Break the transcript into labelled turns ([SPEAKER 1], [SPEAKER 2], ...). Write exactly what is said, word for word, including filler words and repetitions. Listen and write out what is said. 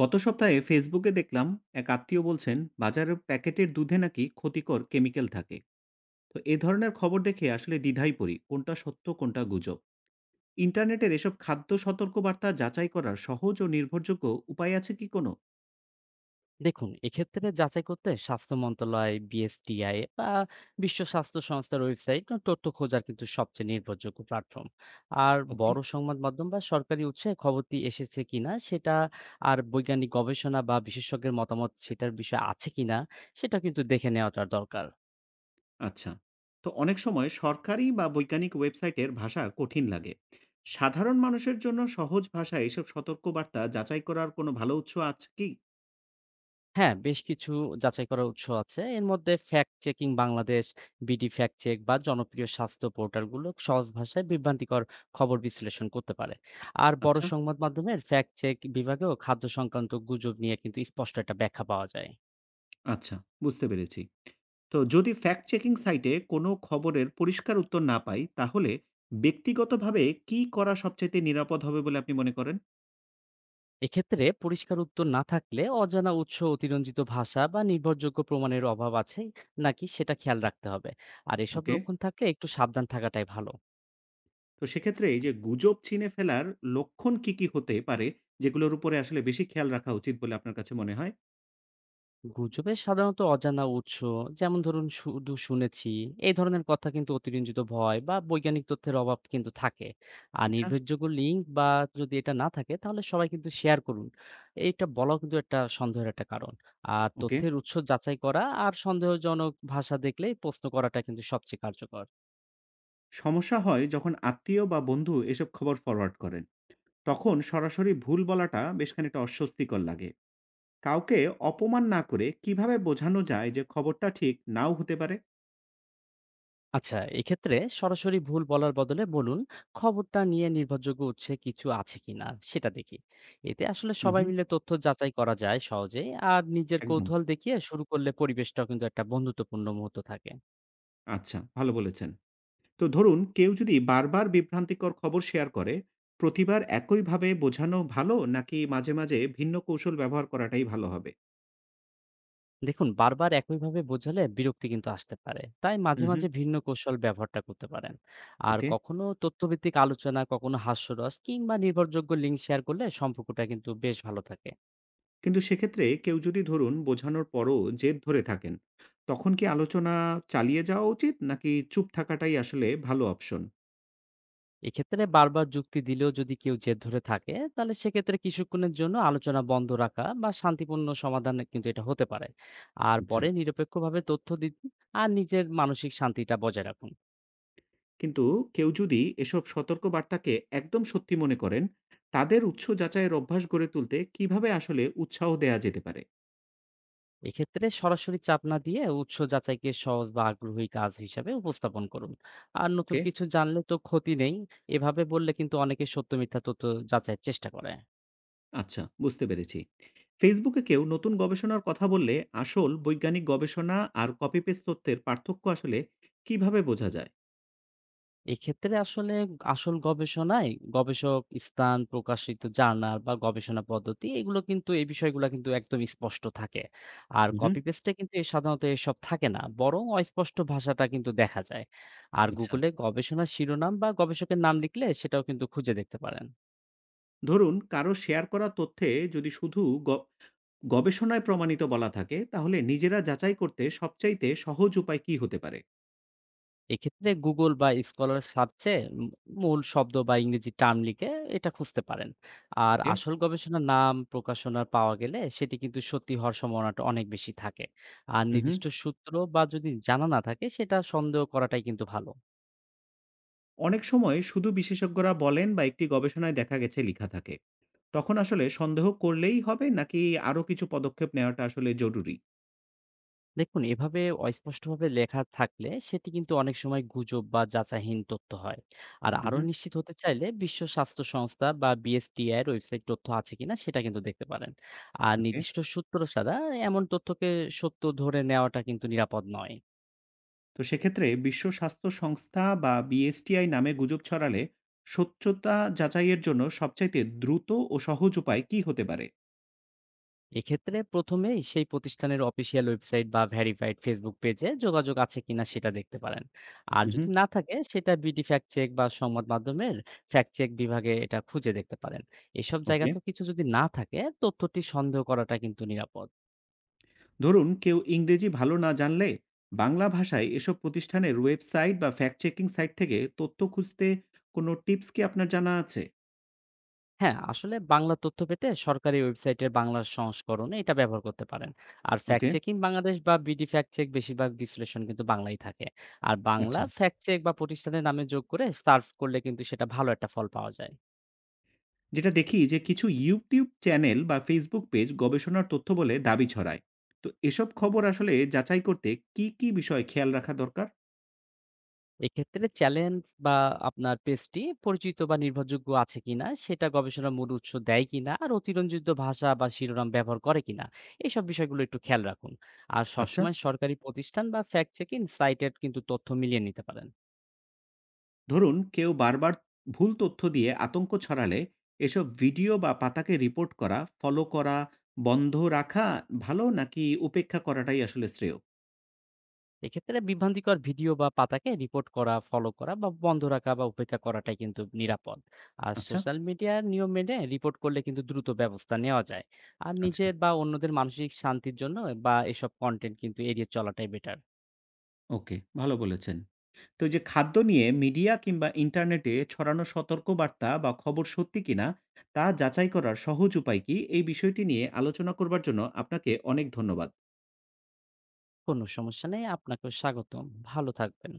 [SPEAKER 1] গত সপ্তাহে ফেসবুকে দেখলাম এক আত্মীয় বলছেন বাজারের প্যাকেটের দুধে নাকি ক্ষতিকর কেমিক্যাল থাকে। তো এ ধরনের খবর দেখে আসলে দ্বিধায় পড়ি কোনটা সত্য কোনটা গুজব। ইন্টারনেটের এসব খাদ্য সতর্কবার্তা যাচাই করার সহজ ও নির্ভরযোগ্য উপায় আছে কি কোনো?
[SPEAKER 2] দেখুন, এক্ষেত্রে যাচাই করতে স্বাস্থ্য মন্ত্রণালয়, বিএসটিআই বা বিশ্ব স্বাস্থ্য সংস্থার ওয়েবসাইট ও তথ্য খোঁজার কিন্তু সবচেয়ে নির্ভরযোগ্য প্ল্যাটফর্ম। আর
[SPEAKER 1] ওকে।
[SPEAKER 2] বড় সংবাদ মাধ্যম বা সরকারি উৎসে খবরটি এসেছে কিনা সেটা আর বৈজ্ঞানিক গবেষণা বা বিশেষজ্ঞের মতামত সেটার বিষয় আছে কিনা সেটা কিন্তু দেখে নেওয়াটা দরকার।
[SPEAKER 1] আচ্ছা। তো অনেক সময় সরকারি বা বৈজ্ঞানিক ওয়েবসাইটের ভাষা কঠিন লাগে, সাধারণ মানুষের জন্য সহজ ভাষায় এসব সতর্কবার্তা যাচাই করার কোনো ভালো উৎস আছে কি?
[SPEAKER 2] হ্যাঁ, বেশ কিছু যাচাই করার উৎস আছে। এর মধ্যে fact checking Bangladesh, BD fact check বা জনপ্রিয় স্বাস্থ্য পোর্টালগুলো সহজ ভাষায় বিভ্রান্তিকর খবর বিশ্লেষণ করতে পারে। আর বড়
[SPEAKER 1] আচ্ছা।
[SPEAKER 2] সংবাদ মাধ্যমের ফ্যাক্ট চেক বিভাগেও খাদ্য সংক্রান্ত গুজব নিয়ে কিন্তু স্পষ্ট একটা ব্যাখ্যা পাওয়া যায়।
[SPEAKER 1] আচ্ছা, বুঝতে পেরেছি। তো যদি ফ্যাক্ট চেকিং সাইটে কোনো খবরের পরিষ্কার উত্তর না পাই, তাহলে ব্যক্তিগতভাবে কি করা সবচাইতে নিরাপদ হবে বলে আপনি মনে করেন?
[SPEAKER 2] এক্ষেত্রে পরিষ্কার উত্তর না থাকলে অজানা উৎস, অতিরঞ্জিত ভাষা বা নির্ভরযোগ্য প্রমাণের অভাব আছে নাকি সেটা খেয়াল রাখতে হবে। আর এসব
[SPEAKER 1] ওকে।
[SPEAKER 2] লক্ষণ থাকলে একটু সাবধান থাকাটাই ভালো।
[SPEAKER 1] তো সেক্ষেত্রে এই যে গুজব চিনে ফেলার লক্ষণ কি, কি হতে পারে, যেগুলোর উপরে আসলে বেশি খেয়াল রাখা উচিত বলে আপনার কাছে মনে হয়?
[SPEAKER 2] গুজবে সাধারণত অজানা উৎস যেমন ধরুন শুধু শুনেছি এই ধরনের কথা কিন্তু অতিরঞ্জিত ভয় বা বৈজ্ঞানিক তথ্যের অভাব কিন্তু থাকে আর
[SPEAKER 1] আচ্ছা।
[SPEAKER 2] নির্ভরযোগ্য লিঙ্ক বা যদি এটা না থাকে তাহলে সবাই কিন্তু শেয়ার করুন এইটা বলাও কিন্তু একটা সন্দেহের একটা কারণ আর
[SPEAKER 1] ওকে।
[SPEAKER 2] তথ্যের উৎস যাচাই করা আর সন্দেহজনক ভাষা দেখলেই প্রশ্ন করাটা কিন্তু সবচেয়ে কার্যকর।
[SPEAKER 1] সমস্যা হয় যখন আত্মীয় বা বন্ধু এসব খবর ফরওয়ার্ড করেন। তখন সরাসরি ভুল বলাটা বেশ খানিকটা অস্বস্তিকর লাগে। কাউকে অপমান না করে কিভাবে বোঝানো যায় যে খবরটা ঠিক নাও হতে পারে?
[SPEAKER 2] আচ্ছা, এক্ষেত্রে সরাসরি ভুল বলার বদলে বলুন খবরটা নিয়ে নির্ভরযোগ্য উৎসে কিছু আছে কিনা সেটা দেখি। এতে আসলে
[SPEAKER 1] হুম,
[SPEAKER 2] সবাই
[SPEAKER 1] হুম,
[SPEAKER 2] মিলে তথ্য যাচাই করা যায় সহজে। আর নিজের
[SPEAKER 1] একদম।
[SPEAKER 2] কৌতূহল দেখিয়ে শুরু করলে পরিবেশটা কিন্তু একটা বন্ধুত্বপূর্ণ মুহূর্ত থাকে।
[SPEAKER 1] আচ্ছা, ভালো বলেছেন। তো ধরুন কেউ যদি বারবার বিভ্রান্তিকর খবর শেয়ার করে, প্রতিবার একইভাবে বোঝানো ভালো নাকি মাঝে, মাঝে ভিন্ন কৌশল ব্যবহার করাটাই ভালো হবে?
[SPEAKER 2] দেখুন, বারবার একইভাবে বোঝালে বিরক্তি কিন্তু আসতে পারে, তাই মাঝে
[SPEAKER 1] হুম, হুম।
[SPEAKER 2] মাঝে ভিন্ন কৌশল ব্যবহারটা করতে পারেন। আর
[SPEAKER 1] ওকে।
[SPEAKER 2] কখনো তথ্যভিত্তিক আলোচনা, কখনো হাস্যরস কিংবা নির্ভরযোগ্য লিঙ্ক শেয়ার করলে সম্পর্কটা কিন্তু বেশ ভালো থাকে।
[SPEAKER 1] কিন্তু সেক্ষেত্রে কেউ যদি ধরুন বোঝানোর পরও জেদ ধরে থাকেন, তখন কি আলোচনা চালিয়ে যাওয়া উচিত নাকি চুপ থাকাটাই আসলে ভালো অপশন?
[SPEAKER 2] এক্ষেত্রে বারবার যুক্তি দিলেও যদি কেউ জেদ ধরে থাকে, তাহলে সেক্ষেত্রে কিছুক্ষণের জন্য আলোচনা বন্ধ রাখা বা শান্তিপূর্ণ সমাধান কিন্তু এটা হতে পারে। আর
[SPEAKER 1] আচ্ছা।
[SPEAKER 2] পরে নিরপেক্ষভাবে তথ্য দিন। আর নিজের মানসিক শান্তিটা বজায় রাখুন।
[SPEAKER 1] কিন্তু কেউ যদি এসব সতর্ক বার্তাকে একদম সত্যি মনে করেন, তাদের উৎস যাচাইয়ের অভ্যাস গড়ে তুলতে কিভাবে আসলে উৎসাহ দেয়া যেতে পারে?
[SPEAKER 2] এক্ষেত্রে সরাসরি চাপ না দিয়ে উৎস যাচাইকে সহজ বা আগ্রহী কাজ হিসাবে উপস্থাপন করুন। আর নতুন
[SPEAKER 1] ওকে।
[SPEAKER 2] কিছু জানলে তো ক্ষতি নেই। এভাবে বললে কিন্তু অনেকে সত্য মিথ্যা তথ্য যাচাইয়ের চেষ্টা করে।
[SPEAKER 1] আচ্ছা, বুঝতে পেরেছি। ফেসবুকে কেউ নতুন গবেষণার কথা বললে আসল বৈজ্ঞানিক গবেষণা আর কপি পেস্ট তথ্যের পার্থক্য আসলে কিভাবে বোঝা যায়?
[SPEAKER 2] এক্ষেত্রে আসলে আসল গবেষণায় গবেষক, স্থান, প্রকাশিত জার্নাল বা গবেষণা পদ্ধতি এগুলো কিন্তু এই বিষয়গুলো কিন্তু একদম স্পষ্ট থাকে। আর
[SPEAKER 1] হুম, হুম।
[SPEAKER 2] কপি পেস্টে কিন্তু এ সাধারণত এসব থাকে না, বরং অস্পষ্ট ভাষাটা কিন্তু দেখা যায়। আর
[SPEAKER 1] আচ্ছা,
[SPEAKER 2] Google এ গবেষণার শিরোনাম বা গবেষকের নাম লিখলে সেটাও কিন্তু খুঁজে দেখতে পারেন।
[SPEAKER 1] ধরুন কারো শেয়ার করা তথ্যে যদি শুধু গ গবেষণায় প্রমাণিত বলা থাকে তাহলে নিজেরা যাচাই করতে সবচাইতে সহজ উপায় কি হতে পারে?
[SPEAKER 2] এক্ষেত্রে Google বা Scholar সার্চে উম মূল শব্দ বা ইংরেজি টার্ম লিখে এটা খুঁজতে পারেন। আর
[SPEAKER 1] ওকে।
[SPEAKER 2] আসল গবেষণার নাম, প্রকাশনা পাওয়া গেলে সেটি কিন্তু সত্যি হওয়ার সম্ভাবনাটা অনেক বেশি থাকে। আর
[SPEAKER 1] হুম, হুম।
[SPEAKER 2] নির্দিষ্ট সূত্র বা যদি জানা না থাকে সেটা সন্দেহ করাটাই কিন্তু ভালো।
[SPEAKER 1] অনেক সময় শুধু বিশেষজ্ঞরা বলেন বা একটি গবেষণায় দেখা গেছে লিখা থাকে। তখন আসলে সন্দেহ করলেই হবে নাকি আরো কিছু পদক্ষেপ নেওয়াটা আসলে জরুরি?
[SPEAKER 2] দেখুন, এভাবে অস্পষ্টভাবে লেখা থাকলে সেটি কিন্তু অনেক সময় গুজব বা যাচাইহীন তথ্য হয়। আর
[SPEAKER 1] হুম,
[SPEAKER 2] আরো
[SPEAKER 1] হুম।
[SPEAKER 2] নিশ্চিত হতে চাইলে বিশ্ব স্বাস্থ্য সংস্থা বা বিএসটিআই এর ওয়েবসাইট তথ্য আছে কিনা সেটা কিন্তু দেখতে পারেন। আর
[SPEAKER 1] ওকে।
[SPEAKER 2] নির্দিষ্ট সূত্র ছাড়া এমন তথ্যকে সত্য ধরে নেওয়াটা কিন্তু নিরাপদ নয়।
[SPEAKER 1] তো সেক্ষেত্রে বিশ্ব স্বাস্থ্য সংস্থা বা বিএসটিআই নামে গুজব ছড়ালে সত্যতা যাচাইয়ের জন্য সবচাইতে দ্রুত ও সহজ উপায় কি হতে পারে?
[SPEAKER 2] এক্ষেত্রে প্রথমেই সেই প্রতিষ্ঠানের অফিসিয়াল ওয়েবসাইট বা ভেরিফাইড ফেসবুক পেজে যোগাযোগ আছে কিনা সেটা দেখতে পারেন। আর
[SPEAKER 1] হুম।
[SPEAKER 2] যদি না থাকে সেটা বিডি ফ্যাক্ট চেক বা সংবাদ মাধ্যমের ফ্যাক্ট চেক বিভাগে এটা খুঁজে দেখতে পারেন। এসব
[SPEAKER 1] ওকে।
[SPEAKER 2] জায়গাতেও কিছু যদি না থাকে তথ্যটি সন্দেহ করাটা কিন্তু নিরাপদ।
[SPEAKER 1] ধরুন কেউ ইংরেজি ভালো না জানলে বাংলা ভাষায় এসব প্রতিষ্ঠানের ওয়েবসাইট বা ফ্যাক্ট চেকিং সাইট থেকে তথ্য খুঁজতে কোনো টিপস কি আপনার জানা আছে?
[SPEAKER 2] হ্যাঁ, আসলে বাংলা তথ্য পেতে সরকারি ওয়েবসাইটের বাংলা সংস্করণে এটা ব্যবহার করতে পারেন। আর ফ্যাক্ট
[SPEAKER 1] ওকে।
[SPEAKER 2] চেকিং বাংলাদেশ বা বিডি ফ্যাক্ট চেক বেশিরভাগ বিশ্লেষণ কিন্তু বাংলায় থাকে। আর বাংলা
[SPEAKER 1] আচ্ছা।
[SPEAKER 2] ফ্যাক্ট চেক বা প্রতিষ্ঠানের নামে যোগ করে সার্চ করলে কিন্তু সেটা ভালো একটা ফল পাওয়া যায়।
[SPEAKER 1] যেটা দেখি যে কিছু ইউটিউব চ্যানেল বা ফেসবুক পেজ গবেষণার তথ্য বলে দাবি ছড়ায়, তো এসব খবর আসলে যাচাই করতে কি কি বিষয় খেয়াল রাখা দরকার?
[SPEAKER 2] এক্ষেত্রে চ্যালেঞ্জ বা আপনার পেজটি পরিচিত বা নির্ভরযোগ্য আছে কিনা, সেটা গবেষণার মূল উৎস দেয় কিনা, আর অতিরঞ্জিত ভাষা বা শিরোনাম ব্যবহার করে কিনা এইসব বিষয়গুলো একটু খেয়াল রাখুন। আর
[SPEAKER 1] আচ্ছা।
[SPEAKER 2] সবসময় সরকারি প্রতিষ্ঠান বা ফ্যাক্ট চেকিং সাইটের কিন্তু তথ্য মিলিয়ে নিতে পারেন।
[SPEAKER 1] ধরুন, কেউ বারবার ভুল তথ্য দিয়ে আতঙ্ক ছড়ালে এসব ভিডিও বা পাতাকে রিপোর্ট করা, ফলো করা, বন্ধ রাখা ভালো নাকি উপেক্ষা করাটাই আসলে শ্রেয়?
[SPEAKER 2] এক্ষেত্রে বিভ্রান্তিকর ভিডিও বা পাতাকে রিপোর্ট করা, ফলো করা বা বন্ধ রাখা বা উপেক্ষা করাটাই কিন্তু নিরাপদ। আর
[SPEAKER 1] আচ্ছা।
[SPEAKER 2] সোশ্যাল মিডিয়ার নিয়ম মেনে রিপোর্ট করলে কিন্তু দ্রুত ব্যবস্থা নেওয়া যায়। আর
[SPEAKER 1] আচ্ছা।
[SPEAKER 2] নিজের বা অন্যদের মানসিক শান্তির জন্য বা এসব কন্টেন্ট কিন্তু এড়িয়ে চলাটাই বেটার।
[SPEAKER 1] ওকে, ভালো বলেছেন। তো এই যে খাদ্য নিয়ে মিডিয়া কিংবা ইন্টারনেটে ছড়ানো সতর্কবার্তা বা খবর সত্যি কিনা তা যাচাই করার সহজ উপায় কি? এই বিষয়টি নিয়ে আলোচনা করবার জন্য আপনাকে অনেক ধন্যবাদ।
[SPEAKER 2] কোনো সমস্যা নেই। আপনাকেও স্বাগতম। ভালো থাকবেন।